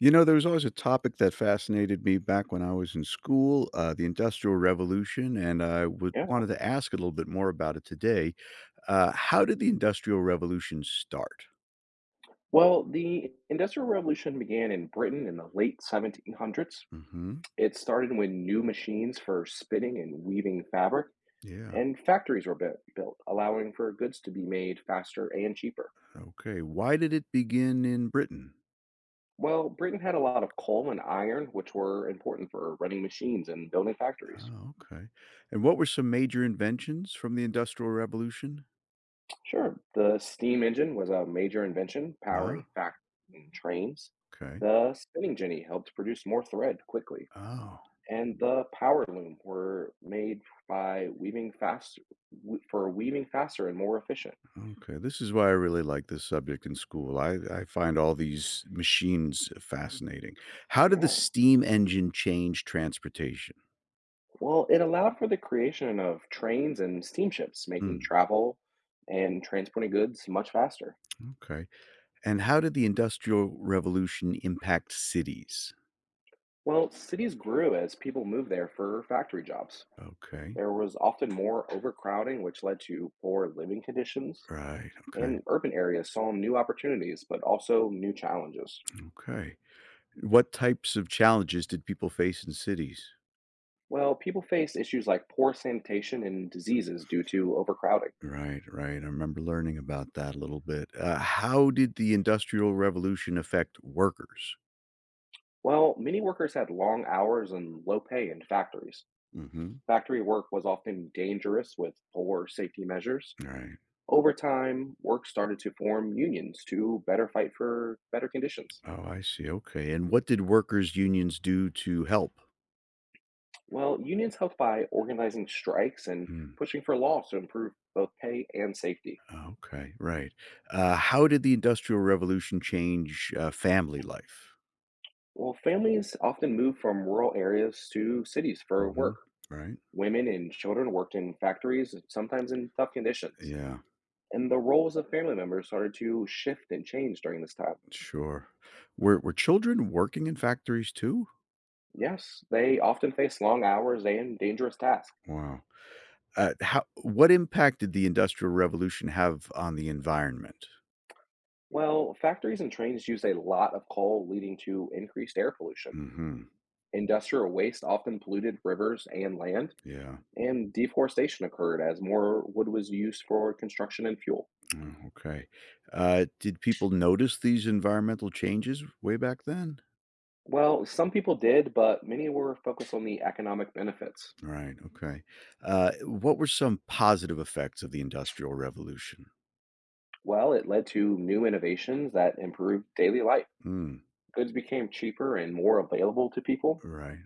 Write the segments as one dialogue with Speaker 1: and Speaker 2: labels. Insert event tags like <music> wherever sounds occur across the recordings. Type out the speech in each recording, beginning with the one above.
Speaker 1: You know, there was always a topic that fascinated me back when I was in school, the Industrial Revolution, and I would
Speaker 2: Yeah.
Speaker 1: wanted to ask a little bit more about it today. How did the Industrial Revolution start?
Speaker 2: Well, the Industrial Revolution began in Britain in the late 1700s.
Speaker 1: Hmm.
Speaker 2: It started when new machines for spinning and weaving fabric
Speaker 1: Yeah.
Speaker 2: and factories were built, allowing for goods to be made faster and cheaper.
Speaker 1: Okay. Why did it begin in Britain?
Speaker 2: Well, Britain had a lot of coal and iron, which were important for running machines and building factories.
Speaker 1: Oh, okay. And what were some major inventions from the Industrial Revolution?
Speaker 2: Sure, the steam engine was a major invention,
Speaker 1: Ah,
Speaker 2: powering factories and trains.
Speaker 1: okay.
Speaker 2: The spinning jenny helped produce more thread quickly,
Speaker 1: Oh.
Speaker 2: and the power loom were made by weaving fast for weaving faster and more efficient.
Speaker 1: Okay, this is why I really like this subject in school. I find all these machines fascinating. How did the
Speaker 2: Yeah.
Speaker 1: steam engine change transportation?
Speaker 2: Well, it allowed for the creation of trains and steamships, making
Speaker 1: Hmm,
Speaker 2: travel and transporting goods much faster.
Speaker 1: okay. And how did the Industrial Revolution impact cities?
Speaker 2: Well, cities grew as people moved there for factory jobs.
Speaker 1: Okay.
Speaker 2: There was often more overcrowding, which led to poor living conditions,
Speaker 1: Right. Okay.
Speaker 2: and urban areas saw new opportunities, but also new challenges.
Speaker 1: Okay. What types of challenges did people face in cities?
Speaker 2: Well, people face issues like poor sanitation and diseases due to overcrowding.
Speaker 1: Right. Right. I remember learning about that a little bit. How did the Industrial Revolution affect workers?
Speaker 2: Well, many workers had long hours and low pay in factories.
Speaker 1: Mm-hmm.
Speaker 2: Factory work was often dangerous with poor safety measures.
Speaker 1: Right.
Speaker 2: Over time, work started to form unions to better fight for better conditions.
Speaker 1: Oh, I see, okay, and what did workers' unions do to help?
Speaker 2: Well, unions helped by organizing strikes and
Speaker 1: Mm,
Speaker 2: pushing for laws to improve both pay and safety.
Speaker 1: okay, right. How did the Industrial Revolution change, family life?
Speaker 2: Well, families often moved from rural areas to cities for work.
Speaker 1: Mhm, right?
Speaker 2: Women and children worked in factories, sometimes in tough conditions.
Speaker 1: Yeah,
Speaker 2: And the roles of family members started to shift and change during this time.
Speaker 1: sure. Were children working in factories too?
Speaker 2: Yes, they often faced long hours and dangerous tasks.
Speaker 1: Wow. How what impact did the Industrial Revolution have on the environment?
Speaker 2: Well, factories and trains used a lot of coal, leading to increased air pollution.
Speaker 1: Mhm,
Speaker 2: Industrial waste often polluted rivers and land,
Speaker 1: yeah.
Speaker 2: and deforestation occurred as more wood was used for construction and fuel.
Speaker 1: Oh, okay. Did people notice these environmental changes way back then?
Speaker 2: Well, some people did, but many were focused on the economic benefits.
Speaker 1: Right, okay. What were some positive effects of the Industrial Revolution?
Speaker 2: Well, it led to new innovations that improved daily life.
Speaker 1: Mm,
Speaker 2: Goods became cheaper and more available to people.
Speaker 1: right,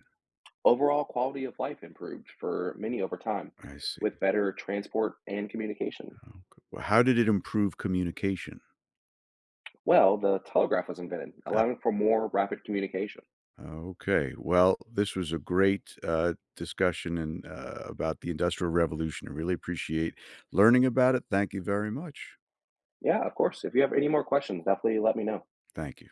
Speaker 2: Overall quality of life improved for many over time,
Speaker 1: I see.
Speaker 2: with better transport and communication.
Speaker 1: Okay. Well, how did it improve communication?
Speaker 2: Well, the telegraph was invented,
Speaker 1: <laughs>
Speaker 2: allowing for more rapid communication.
Speaker 1: Okay. Well, this was a great discussion and about the Industrial Revolution. I really appreciate learning about it. Thank you very much.
Speaker 2: Yeah, of course. If you have any more questions, definitely let me know.
Speaker 1: Thank you.